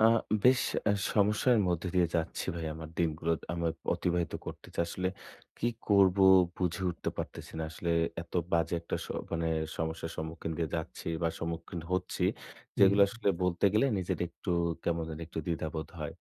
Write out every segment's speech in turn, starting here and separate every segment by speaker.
Speaker 1: আ বেশ সমস্যার মধ্যে দিয়ে যাচ্ছি ভাই, আমার দিনগুলো আমি অতিবাহিত করতেছি। আসলে কি করব বুঝে উঠতে পারতেছি না। আসলে এত বাজে একটা স মানে সমস্যার সম্মুখীন দিয়ে যাচ্ছি বা সম্মুখীন হচ্ছি,
Speaker 2: হুম,
Speaker 1: যেগুলো আসলে বলতে গেলে নিজের একটু কেমন জানি একটু দ্বিধাবোধ হয়।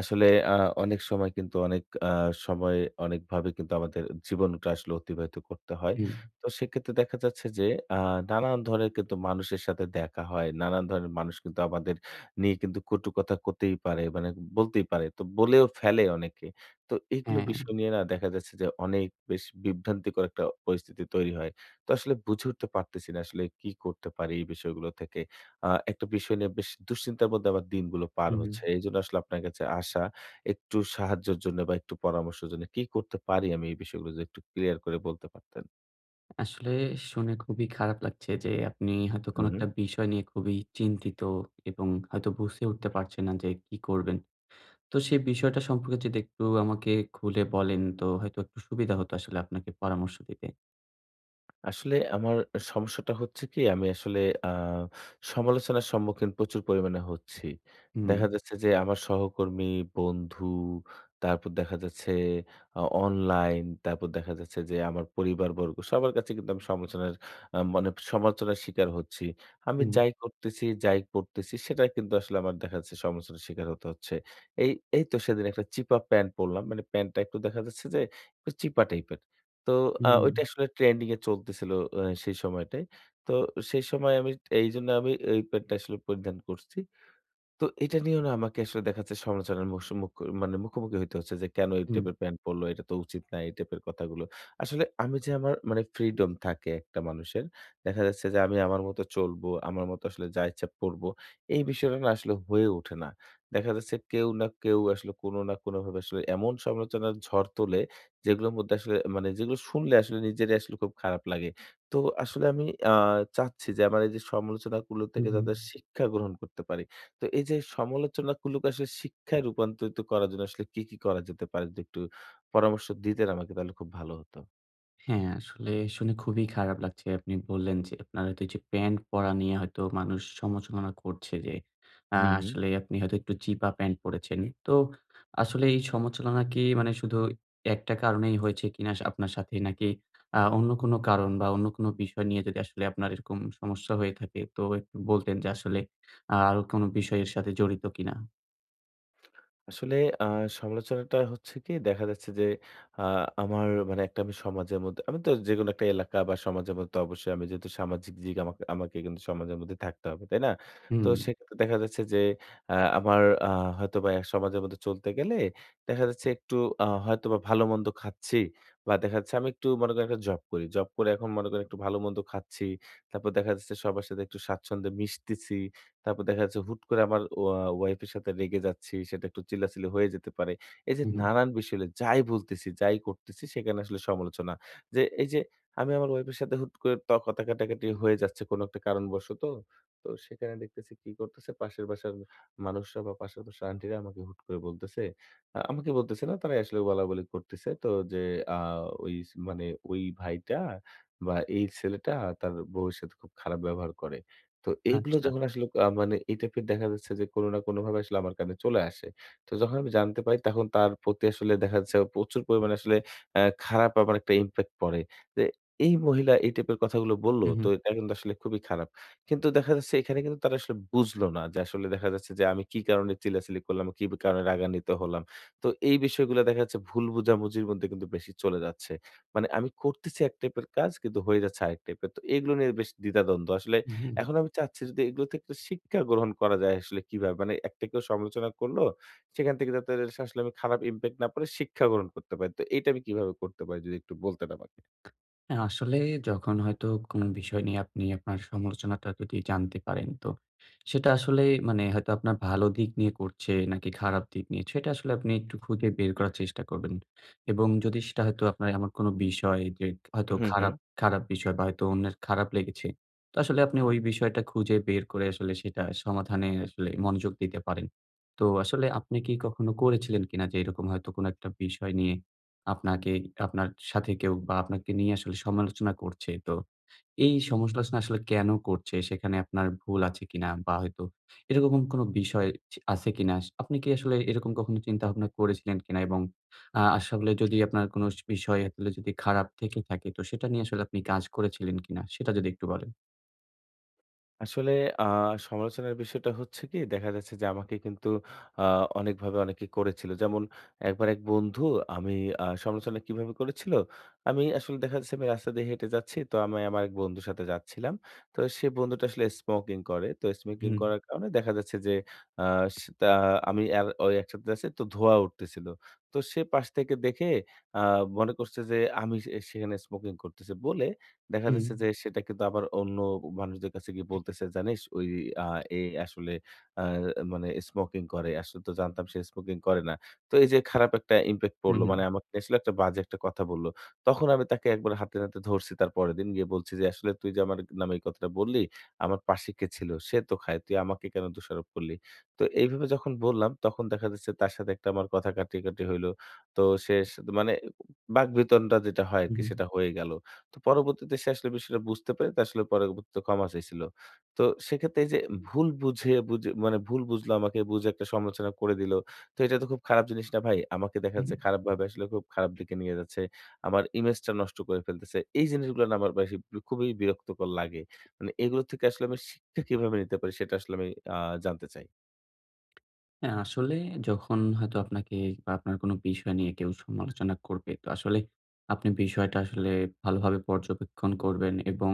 Speaker 1: আসলে আ অনেক সময় কিন্তু অনেক আ সময় অনেকভাবে কিন্তু আমাদের জীবনটা আসলে অতিবাহিত করতে হয়।
Speaker 2: হুম,
Speaker 1: তো সেক্ষেত্রে দেখা যাচ্ছে যে আ নানান ধরনের কিন্তু মানুষের সাথে দেখা হয়। নানান ধরনের মানুষ কিন্তু আমাদের নিয়ে কিন্তু কটু কথা করতেই পারে, মানে বলতেই পারে। তো বলেও ফেলে অনেকে। তো এইগুলো
Speaker 2: হ্যাঁ।
Speaker 1: বিষয় নিয়ে না দেখা যাচ্ছে যে অনেক বেশ বিভ্রান্তিকর একটা পরিস্থিতি তৈরি হয়। তো আসলে বুঝে উঠতে পারতেছি না আসলে কি করতে পারি এই বিষয়গুলো থেকে। একটা বিষয় নিয়ে বেশ দুশ্চিন্তার মধ্যে আমার দিনগুলো পার
Speaker 2: হুম, হুম।
Speaker 1: হচ্ছে। এজন্য আসলে আপনার কাছে আসা একটু সাহায্যের জন্য বা একটু পরামর্শের জন্য, কি করতে পারি আমি এই বিষয়গুলো যদি একটু ক্লিয়ার করে বলতে পারতেন?
Speaker 2: আসলে শুনে খুবই খারাপ লাগছে যে আপনি হয়তো কোনো
Speaker 1: হুম।
Speaker 2: একটা বিষয় নিয়ে খুবই চিন্তিত এবং হয়তো বুঝে উঠতে পারছেন না যে কি করবেন। তো সেই বিষয়টা সম্পর্কে যদি একটু আমাকে খুলে বলেন তো হয়তো একটু সুবিধা হতো আসলে আপনাকে পরামর্শ দিতে।
Speaker 1: আসলে আমার সমস্যাটা হচ্ছে কি, আমি আসলে আ সমালোচনার সম্মুখীন প্রচুর পরিমাণে হচ্ছি।
Speaker 2: হুম,
Speaker 1: দেখা যাচ্ছে যে আমার সহকর্মী, বন্ধু, তারপর দেখা যাচ্ছে অনলাইন, তারপর দেখা যাচ্ছে যে আমার পরিবারবর্গ সবার কাছে কিন্তু আমি সমালোচনার আ মানে সমালোচনার শিকার হচ্ছি। আমি
Speaker 2: হুম,
Speaker 1: যাই করতেছি, যাই পড়তেছি সেটা কিন্তু আসলে আমার দেখা যাচ্ছে সমালোচনার শিকার হতে হচ্ছে। এই এই তো সেদিন একটা চিপা প্যান্ট পড়লাম। মানে প্যান্টটা একটু দেখা যাচ্ছে যে একটু চিপা টাইপের। তো
Speaker 2: হুম,
Speaker 1: ওইটা আসলে ট্রেন্ডিং এ চলতেছিল সেই সময়টায়। তো সেই সময় আমি এইজন্য আমি এই প্যান্টটা আসলে পরিধান করছি। তো এটা নিয়েও না আমাকে আসলে দেখা যাচ্ছে সমালোচনার মুস মুখ মানে মুখোমুখি হইতে হচ্ছে যে কেন এই
Speaker 2: হুম,
Speaker 1: টাইপের প্যান্ট পরলো, এটা তো উচিত না, এই টাইপের কথাগুলো। আসলে আমি যে আমার মানে ফ্রিডম থাকে একটা মানুষের। দেখা যাচ্ছে যে আমি আমার মতো চলবো, আমার মতো আসলে যা ইচ্ছা পরবো। এই বিষয়টা না আসলে হয়ে ওঠে না। দেখা যাচ্ছে কেউ না কেউ আসলে কোনো না কোনোভাবে আসলে এমন সমালোচনার ঝড় তোলে যেগুলোর মধ্যে আসলে মানে যেগুলো শুনলে আসলে নিজেরই আসলে খুব খারাপ লাগে। তো আসলে আমি আ চাচ্ছি যে আমার এই যে সমালোচনাগুলো
Speaker 2: হুম,
Speaker 1: থেকে
Speaker 2: হুম।
Speaker 1: যাতে শিক্ষা গ্রহণ করতে পারি। তো এই যে সমালোচনা গুলোকে আসলে শিক্ষায় রূপান্তরিত করার জন্য আসলে কি, কি করা যেতে পারে? যদি একটু পরামর্শ দিতেন আমাকে তাহলে খুব ভালো হতো।
Speaker 2: হ্যাঁ, আসলে শুনে খুবই খারাপ লাগছে। আপনি বললেন যে আপনার হয়তো এই যে প্যান্ট পরা নিয়ে হয়তো মানুষ সমালোচনা করছে যে
Speaker 1: হুম, হুম।
Speaker 2: আসলে আপনি হয়তো একটু চিপা প্যান্ট পড়েছেন। তো আসলে এই সমালোচনা কি মানে শুধু একটা কারণেই হয়েছে কিনা আপনার সাথে? নাকি অন্য কোনো কারণ বা অন্য কোনো বিষয় নিয়ে যদি আসলে আপনার এরকম সমস্যা হয়ে থাকে তো একটু বলতেন যে আসলে আরো কোনো বিষয়ের সাথে জড়িত কিনা?
Speaker 1: আসলে আ সমালোচনাটা হচ্ছে কি, দেখা যাচ্ছে যে আ আমার মানে একটা আমি সমাজের মধ্যে, আমি তো যেকোনো একটা এলাকা বা সমাজের মধ্যে তো অবশ্যই আমি যেহেতু সামাজিক দিক, আমাকে আমাকে কিন্তু সমাজের মধ্যে থাকতে হবে, তাই না? তো
Speaker 2: হুম,
Speaker 1: সেক্ষেত্রে দেখা যাচ্ছে যে আমার আ হয়তোবা সমাজের মধ্যে চলতে গেলে দেখা যাচ্ছে একটু হয়তোবা ভালো-মন্দ খাচ্ছি, বা দেখা যাচ্ছে আমি একটু মনে করেন একটা জব করি। জব করে এখন মনে করেন একটু ভালো-মন্দ খাচ্ছি। তারপর দেখা যাচ্ছে সবার সাথে একটু স্বাচ্ছন্দ্যে মিশতেছি। তারপর দেখা যাচ্ছে হুট করে আমার ওয়াইফ এর সাথে রেগে যাচ্ছি, সেটা একটু চিল্লাচিল্লি হয়ে যেতে পারে। এই যে
Speaker 2: হুম, হুম।
Speaker 1: নানান বিষয় হলো, যাই বলতেছি, যাই করতেছি সেখানে আসলে সমালোচনা। যে এই যে আমি আমার ওয়াইফ এর সাথে হুট করে কথা কাটাকাটি হয়ে যাচ্ছে কোনো একটা কারণবশত। তো সেখানে দেখতেছি কি করতেছে পাশের বাসার মানুষরা বা পাশের বাসার আন্টিরা আমাকে হুট করে বলতেছে, আমাকে বলতেছে না, তারাই আসলে বলাবলি করতেছে। তো যে আ ওই স মানে ওই ভাইটা বা এই ছেলেটা তার বউয়ের সাথে খুব খারাপ ব্যবহার করে। তো এগুলো
Speaker 2: আচ্ছা।
Speaker 1: যখন আসলে মানে এই টাইপের দেখা যাচ্ছে যে কোনো না কোনোভাবে আসলে আমার কানে চলে আসে। তো যখন আমি জানতে পারি তখন তার প্রতি আসলে দেখা যাচ্ছে প্রচুর পরিমাণে আসলে খারাপ আমার একটা ইমপ্যাক্ট পড়ে। যে এই মহিলা এই টাইপের কথাগুলো বলল,
Speaker 2: হুম,
Speaker 1: তো
Speaker 2: হুম,
Speaker 1: এটা কিন্তু আসলে খুবই খারাপ। কিন্তু দেখা যাচ্ছে এখানে কিন্তু তারা আসলে বুঝলো না যে আসলে দেখা যাচ্ছে যে আমি কি কারণে চিল্লাচিল্লি করলাম, কি কারণে রাগান্বিত হলাম। তো এই বিষয়গুলো দেখা যাচ্ছে ভুল বোঝাবুঝির মধ্যে কিন্তু বেশি চলে যাচ্ছে। মানে আমি করতেছি এক টাইপের কাজ কিন্তু হয়ে যাচ্ছে আরেক টাইপের। তো এগুলো নিয়ে বেশ দ্বিধাদ্বন্দ্ব। আসলে
Speaker 2: হুম, হুম।
Speaker 1: এখন আমি চাচ্ছি যদি এগুলো থেকে একটু শিক্ষা গ্রহণ করা যায় আসলে কিভাবে? মানে একটা কেউ সমালোচনা করলো, সেখান থেকে যাতে আসলে আমি খারাপ ইমপ্যাক্ট না পড়ে শিক্ষা গ্রহণ করতে পারি। তো এইটা আমি কিভাবে করতে পারি যদি একটু বলতেন আমাকে?
Speaker 2: হ্যাঁ, আসলে যখন হয়তো কোনো বিষয় নিয়ে আপনি আপনার সমালোচনাটা যদি জানতে পারেন, তো সেটা আসলে মানে হয়তো আপনার ভালো দিক নিয়ে করছে নাকি খারাপ দিক নিয়ে, সেটা আসলে আপনি একটু খুঁজে বের করার চেষ্টা করবেন। এবং যদি সেটা হয়তো আপনার এমন কোনো বিষয় যে হয়তো
Speaker 1: হুম, হুম।
Speaker 2: খারাপ, খারাপ বিষয় বা হয়তো অন্যের খারাপ লেগেছে, তো আসলে আপনি ওই বিষয়টা খুঁজে বের করে আসলে সেটা সমাধানে আসলে মনোযোগ দিতে পারেন। তো আসলে আপনি কি কখনো করেছিলেন কিনা যে এরকম হয়তো কোনো একটা বিষয় নিয়ে আপনাকে আপনার সাথে কেউ বা আপনাকে নিয়ে আসলে সমালোচনা করছে। তো এই সমালোচনা আসলে কেন করছে? সেখানে আপনার ভুল আছে কিনা? বা হয়তো এরকম কোনো বিষয় আছে কিনা? আপনি কি আসলে এরকম কখনো চিন্তাভাবনা করেছিলেন কিনা? এবং আসলে যদি আপনার কোনো বিষয় আসলে যদি খারাপ থেকে থাকে, তো সেটা নিয়ে আসলে আপনি কাজ করেছিলেন কিনা? সেটা যদি একটু বলেন।
Speaker 1: আসলে আ সমালোচনার বিষয়টা হচ্ছে কি, দেখা যাচ্ছে যে আমাকে কিন্তু আ অনেকভাবে অনেকে করেছিল। যেমন একবার এক বন্ধু আমি সমালোচনা কিভাবে করেছিল? আমি আসলে দেখা যাচ্ছে আমি রাস্তা দিয়ে হেঁটে যাচ্ছি। তো আমি আমার এক বন্ধুর সাথে যাচ্ছিলাম। তো সে বন্ধুটা আসলে স্মোকিং করে। তো স্মোকিং
Speaker 2: হুম,
Speaker 1: করার কারণে দেখা যাচ্ছে যে আ সে তা আমি আর ওই একসাথে যাচ্ছি তো ধোঁয়া উঠতেছিল। তো সে পাশ থেকে দেখে আ মনে করছে যে আমি সেখানে স্মোকিং করতেছি বলে দেখা
Speaker 2: হুম,
Speaker 1: যাচ্ছে যে সেটা কিন্তু আবার অন্য মানুষদের কাছে গিয়ে বলতেছে, "জানিস ওই আ এ আসলে আ মানে স্মোকিং করে। আসলে তো জানতাম সে স্মোকিং করে না।" তো এই যে খারাপ একটা ইমপ্যাক্ট
Speaker 2: হুম,
Speaker 1: পড়লো।
Speaker 2: হুম,
Speaker 1: মানে আমাকে নিয়ে আসলে একটা বাজে একটা কথা বলল। তখন আমি তাকে একবার হাতে নাতে ধরছি, তার পরের দিন গিয়ে বলছি যে, "আসলে তুই যে আমার নামে এই কথাটা বললি, আমার পাশে কে ছিল? সে তো খায়। তুই আমাকে কেন দোষারোপ করলি?" তো এইভাবে যখন বললাম তখন দেখা যাচ্ছে তার সাথে একটা আমার কথা কাটাকাটি হইলো। তো সে স মানে বাকবিতণ্ডা যেটা হয় আরকি
Speaker 2: হুম,
Speaker 1: সেটা হয়ে গেল। তো পরবর্তীতে সে আসলে বিষয়টা বুঝতে পেরে তা আসলে পরবর্তীতে ক্ষমা চাইছিল। তো সেক্ষেত্রে এই যে ভুল বুঝলো আমাকে, বুঝে একটা সমালোচনা করে দিলো। তো এটা তো খুব খারাপ জিনিস না ভাই? আমাকে দেখা
Speaker 2: হুম।
Speaker 1: যাচ্ছে খারাপভাবে আসলে খুব খারাপ দিকে নিয়ে যাচ্ছে। আমার ইমেজটা নষ্ট করে ফেলতেছে। এই জিনিসগুলো না আমার বেশি খুবই বিরক্তকর লাগে। মানে এগুলো থেকে আসলে আমি শিক্ষা কিভাবে নিতে পারি সেটা আসলে আমি আ জানতে চাই।
Speaker 2: হ্যাঁ, আসলে যখন হয়তো আপনাকে বা আপনার কোনো বিষয় নিয়ে কেউ সমালোচনা করবে, তো আসলে আপনি বিষয়টা আসলে ভালোভাবে পর্যবেক্ষণ করবেন এবং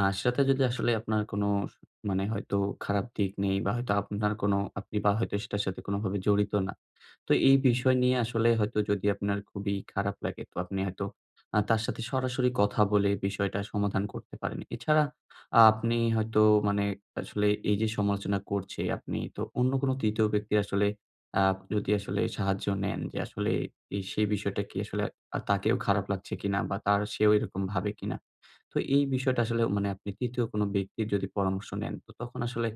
Speaker 2: সেটাতে যদি আসলে আপনার কোনো মানে হয়তো খারাপ দিক নেই বা হয়তো আপনার কোনো আপনি বা হয়তো সেটার সাথে কোনোভাবে জড়িত না। তো এই বিষয় নিয়ে আসলে হয়তো যদি আপনার খুবই খারাপ লাগে, তো আপনি হয়তো তার সাথে সরাসরি কথা বলে বিষয়টা সমাধান করতে পারেন। এছাড়া আপনি হয়তো মানে আসলে এই যে সমালোচনা করছে, আপনি তো অন্য কোনো ৩য় ব্যক্তির আসলে আ যদি আসলে সাহায্য নেন যে আসলে এই সেই বিষয়টা কি আসলে তাকেও খারাপ লাগছে কিনা বা তার সেও এরকম ভাবে কিনা? তো এই বিষয়টা আসলে মানে আপনি ৩য় কোনো ব্যক্তির যদি পরামর্শ নেন, তো তখন আসলে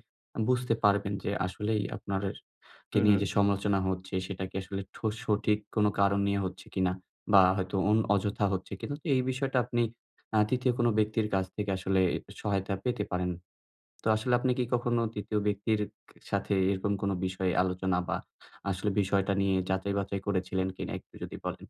Speaker 2: বুঝতে পারবেন যে আসলেই আপনার কে
Speaker 1: হু,
Speaker 2: নিয়ে
Speaker 1: হু।
Speaker 2: যে সমালোচনা হচ্ছে সেটা কি আসলে সঠিক কোনো কারণ নিয়ে হচ্ছে কিনা বা হয়তো অযথা হচ্ছে কিনা। তো এই বিষয়টা আপনি ৩য় কোনো ব্যক্তির কাছ থেকে আসলে সহায়তা পেতে পারেন। তো আসলে আপনি কি কখনো ৩য় ব্যক্তির সাথে এরকম কোনো বিষয়ে আলোচনা বা আসলে বিষয়টা নিয়ে যাচাই বাছাই করেছিলেন কিনা একটু যদি বলেন?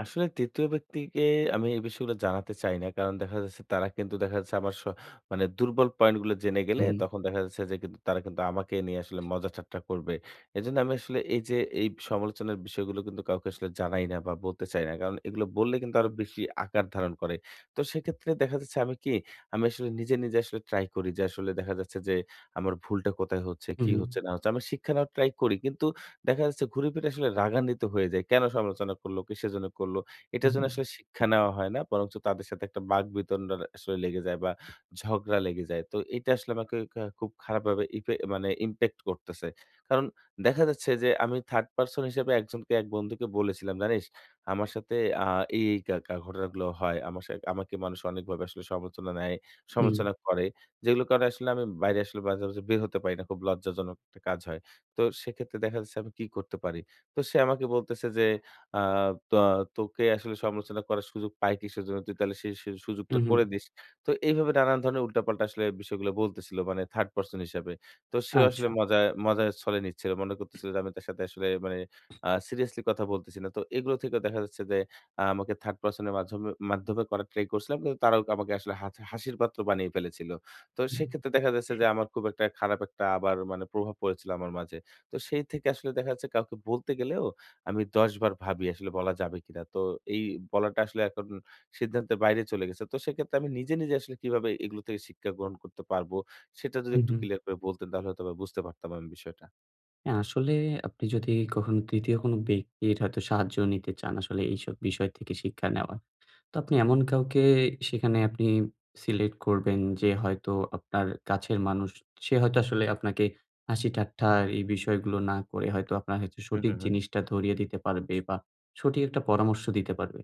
Speaker 1: আসলে ৩য় ব্যক্তিকে আমি এই বিষয়গুলো জানাতে চাই না। কারণ দেখা যাচ্ছে তারা কিন্তু দেখা যাচ্ছে আমার স মানে দুর্বল পয়েন্ট গুলো জেনে
Speaker 2: হু,
Speaker 1: গেলে
Speaker 2: হু,
Speaker 1: তখন দেখা যাচ্ছে যে কিন্তু তারা কিন্তু আমাকে নিয়ে আসলে মজা ঠাট্টা করবে। এজন্য আমি আসলে এই যে এই সমালোচনার বিষয়গুলো কিন্তু কাউকে আসলে জানাই না বা বলতে চাই না। কারণ এগুলো বললে কিন্তু আরো বেশি আকার ধারণ করে। তো সেক্ষেত্রে দেখা যাচ্ছে আমি কি, আমি আসলে নিজে, নিজে আসলে ট্রাই করি যে আসলে দেখা যাচ্ছে যে আমার ভুলটা কোথায় হচ্ছে,
Speaker 2: হু,
Speaker 1: কি
Speaker 2: হু,
Speaker 1: হচ্ছে না হচ্ছে। আমি শিক্ষা নেওয়ার ট্রাই করি। কিন্তু দেখা যাচ্ছে ঘুরেফিরে আসলে রাগান্বিত হয়ে যায়। কেন সমালোচনা করলো, কিসের জন্য করলো?
Speaker 2: হু,
Speaker 1: এটার জন্য আসলে শিক্ষা নেওয়া হয় না। বরঞ্চ তাদের সাথে একটা বাকবিতণ্ডা আসলে লেগে যায় বা ঝগড়া লেগে যায়। তো এটা আসলে আমাকে খুব খারাপভাবে ইফে মানে ইমপ্যাক্ট করতেছে। কারণ দেখা যাচ্ছে যে আমি থার্ড পারসন হিসেবে একজনকে এক বন্ধুকে বলেছিলাম, "জানিস আমার সাথে আ এই, এই কা কা ঘটনাগুলো হয়। আমার সা আমাকে মানুষ অনেকভাবে আসলে সমালোচনা নেয়,
Speaker 2: হু,
Speaker 1: সমালোচনা করে। যেগুলো কারণে আসলে আমি বাইরে আসলে মাঝে, মাঝে বের হতে পারি না। খুব লজ্জাজনক একটা কাজ হয়।" তো সেক্ষেত্রে দেখা যাচ্ছে আমি কি করতে পারি? তো সে আমাকে বলতেছে যে, আ "ত তোকে আসলে সমালোচনা করার সুযোগ পাই কিসের জন্য? তুই তাহলে সেই
Speaker 2: হু,
Speaker 1: সুযোগটা
Speaker 2: হু,
Speaker 1: করে দিস।" তো এইভাবে নানান ধরনের উল্টাপাল্টা আসলে বিষয়গুলো বলতেছিল মানে থার্ড পারসন হিসাবে। তো সেও
Speaker 2: আচ্ছা।
Speaker 1: আসলে মজার ছলে নিচ্ছিল। মনে করতেছিল যে আমি তার সাথে আসলে মানে সিরিয়াসলি কথা বলতেছি না। তো এগুলো থেকেও দেখা যাচ্ছে যে আমাকে থার্ড পারসন এর মাধ্যমে মাধ্যমে করার ট্রাই করছিলাম। কিন্তু তারাও আমাকে আসলে হাসির পাত্র বানিয়ে ফেলেছিল। তো
Speaker 2: হু।
Speaker 1: সেক্ষেত্রে দেখা যাচ্ছে যে আমার খুব একটা খারাপ একটা আবার মানে প্রভাব পড়েছিল আমার মাঝে। তো সেই থেকে আসলে দেখা যাচ্ছে কাউকে বলতে গেলেও আমি ১০ বার ভাবি আসলে বলা যাবে কিনা। তো এই বলাটা আসলে এখন সিদ্ধান্তের বাইরে চলে গেছে। তো সেক্ষেত্রে আমি নিজে, নিজে আসলে কিভাবে এগুলো থেকে শিক্ষা গ্রহণ করতে পারবো সেটা যদি
Speaker 2: হুম,
Speaker 1: একটু
Speaker 2: হুম।
Speaker 1: ক্লিয়ার করে বলতেন তাহলে হয়তোবা বুঝতে পারতাম আমি বিষয়টা।
Speaker 2: হ্যাঁ, আসলে আপনি যদি কখনো ৩য় কোনো ব্যক্তির হয়তো সাহায্য নিতে চান আসলে এইসব বিষয় থেকে শিক্ষা নেওয়ার। তো আপনি এমন কাউকে সেখানে আপনি সিলেক্ট করবেন যে হয়তো আপনার কাছের মানুষ। সে হয়তো আসলে আপনাকে হাসি-ঠাট্টা এই বিষয়গুলো না করে হয়তো আপনার হয়তো
Speaker 1: হু,
Speaker 2: সঠিক
Speaker 1: হু,
Speaker 2: জিনিসটা ধরিয়ে দিতে পারবে বা সঠিক একটা পরামর্শ দিতে পারবে।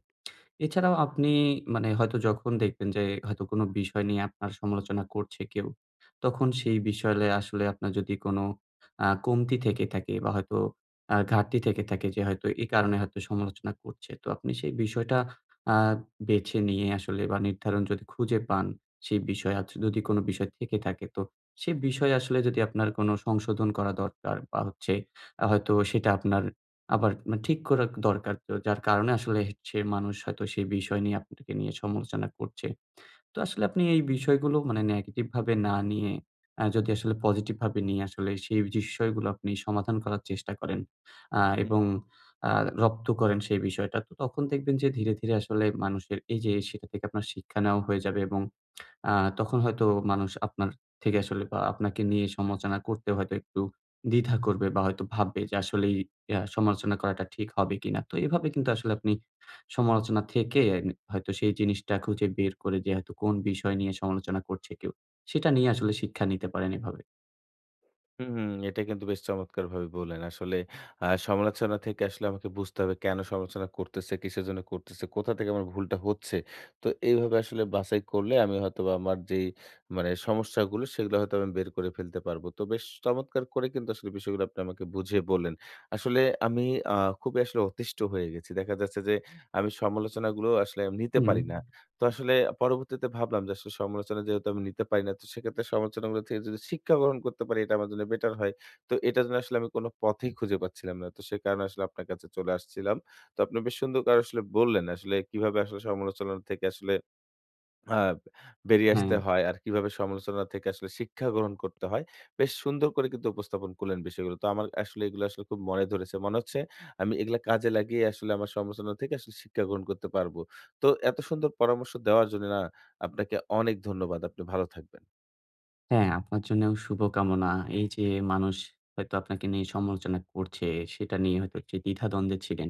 Speaker 2: এছাড়াও আপনি মানে হয়তো যখন দেখবেন যে হয়তো কোনো বিষয় নিয়ে আপনার সমালোচনা করছে কেউ, তখন সেই বিষয়ে আসলে আপনার যদি কোনো কমতি থেকে থাকে বা হয়তো ঘাটতি থেকে থাকে যে হয়তো এই কারণে হয়তো সমালোচনা করছে। তো আপনি সেই বিষয়টা আ বেছে নিয়ে আসলে বা নির্ধারণ যদি খুঁজে পান, সেই বিষয় যদি কোনো বিষয় থেকে থাকে তো সেই বিষয়ে আসলে যদি আপনার কোনো সংশোধন করা দরকার বা হচ্ছে হয়তো সেটা আপনার আবার ঠিক করা দরকার তো। যার কারণে আসলে হচ্ছে মানুষ হয়তো সেই বিষয় নিয়ে আপনাকে নিয়ে সমালোচনা করছে। তো আসলে আপনি এই বিষয়গুলো মানে নেগেটিভ ভাবে না নিয়ে যদি আসলে পজিটিভ ভাবে নিয়ে আসলে সেই বিষয়গুলো আপনি সমাধান করার চেষ্টা করেন
Speaker 1: হু।
Speaker 2: এবং আ রপ্ত করেন সেই বিষয়টা। তো তখন দেখবেন যে ধীরে, ধীরে আসলে মানুষের এই যে সেটা থেকে আপনার শিক্ষা নেওয়া হয়ে যাবে এবং আ তখন হয়তো মানুষ আপনার থেকে আসলে বা আপনাকে নিয়ে সমালোচনা করতে হয়তো একটু দ্বিধা করবে বা হয়তো ভাববে যে আসলেই সমালোচনা করাটা ঠিক হবে কিনা। তো এভাবে কিন্তু আসলে আপনি সমালোচনা থেকে হয়তো সেই জিনিসটা খুঁজে বের করে যে হয়তো কোন বিষয় নিয়ে সমালোচনা করছে কেউ, সেটা নিয়ে আসলে শিক্ষা নিতে পারেন এভাবে।
Speaker 1: হুম, হুম। এটা কিন্তু বেশ চমৎকারভাবে বললেন। আসলে সমালোচনা থেকে আসলে আমাকে বুঝতে হবে কেন সমালোচনা করতেছে, কিসের জন্য করতেছে, কোথা থেকে আমার ভুলটা হচ্ছে। তো এইভাবে আসলে বাছাই করলে আমি হয়তোবা আমার যেই মানে সমস্যাগুলো সেগুলো হয়তো আমি বের করে ফেলতে পারবো। তো বেশ চমৎকার করে কিন্তু আসলে বিষয়গুলো আপনি আমাকে বুঝিয়ে বললেন। আসলে আমি আ খুবই আসলে অতিষ্ঠ হয়ে গেছি। দেখা যাচ্ছে যে আমি সমালোচনাগুলো আসলে নিতে
Speaker 2: হুম।
Speaker 1: পারি না। তো আসলে পরবর্তীতে ভাবলাম যে আসলে সমালোচনা যেহেতু আমি নিতে পারি না, তো সেক্ষেত্রে সমালোচনাগুলো থেকে যদি শিক্ষা গ্রহণ করতে পারি এটা আমার জন্য বেটার হয়। তো এটার জন্য আসলে আমি কোন পথেই খুঁজে পাচ্ছিলাম না। তো সে কারণে আসলে আপনার কাছে চলে আসছিলাম। তো আপনি বেশ সুন্দর করে আসলে বললেন আসলে কিভাবে আসলে সমালোচনা থেকে আসলে আ বেরিয়ে
Speaker 2: হ্যাঁ,
Speaker 1: আসতে হয় আর কিভাবে সমালোচনা থেকে আসলে শিক্ষা গ্রহণ করতে হয়। বেশ সুন্দর করে কিন্তু উপস্থাপন করলেন বিষয়গুলো। তো আমার আসলে এগুলো আসলে খুব মনে ধরেছে। মনে হচ্ছে আমি এগুলা কাজে লাগিয়ে আসলে আমার সমালোচনা থেকে আসলে শিক্ষা গ্রহণ করতে পারব। তো এত সুন্দর পরামর্শ দেওয়ার জন্য না আপনাকে অনেক ধন্যবাদ। আপনি ভালো থাকবেন।
Speaker 2: হ্যাঁ, আপনার জন্যেও শুভকামনা। এই যে মানুষ হয়তো আপনাকে নিয়ে সমালোচনা করছে, সেটা নিয়ে হয়তো যে দ্বিধাদ্বন্দ্বে ছিলেন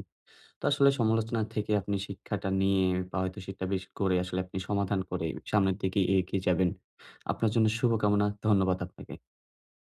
Speaker 2: তো আসলে সমালোচনা থেকে আপনি শিক্ষাটা নিয়ে বা হয়তো সেটা বেশ করে আসলে আপনি সমাধান করে সামনের দিকে এগিয়ে যাবেন। আপনার জন্য শুভকামনা। ধন্যবাদ আপনাকে।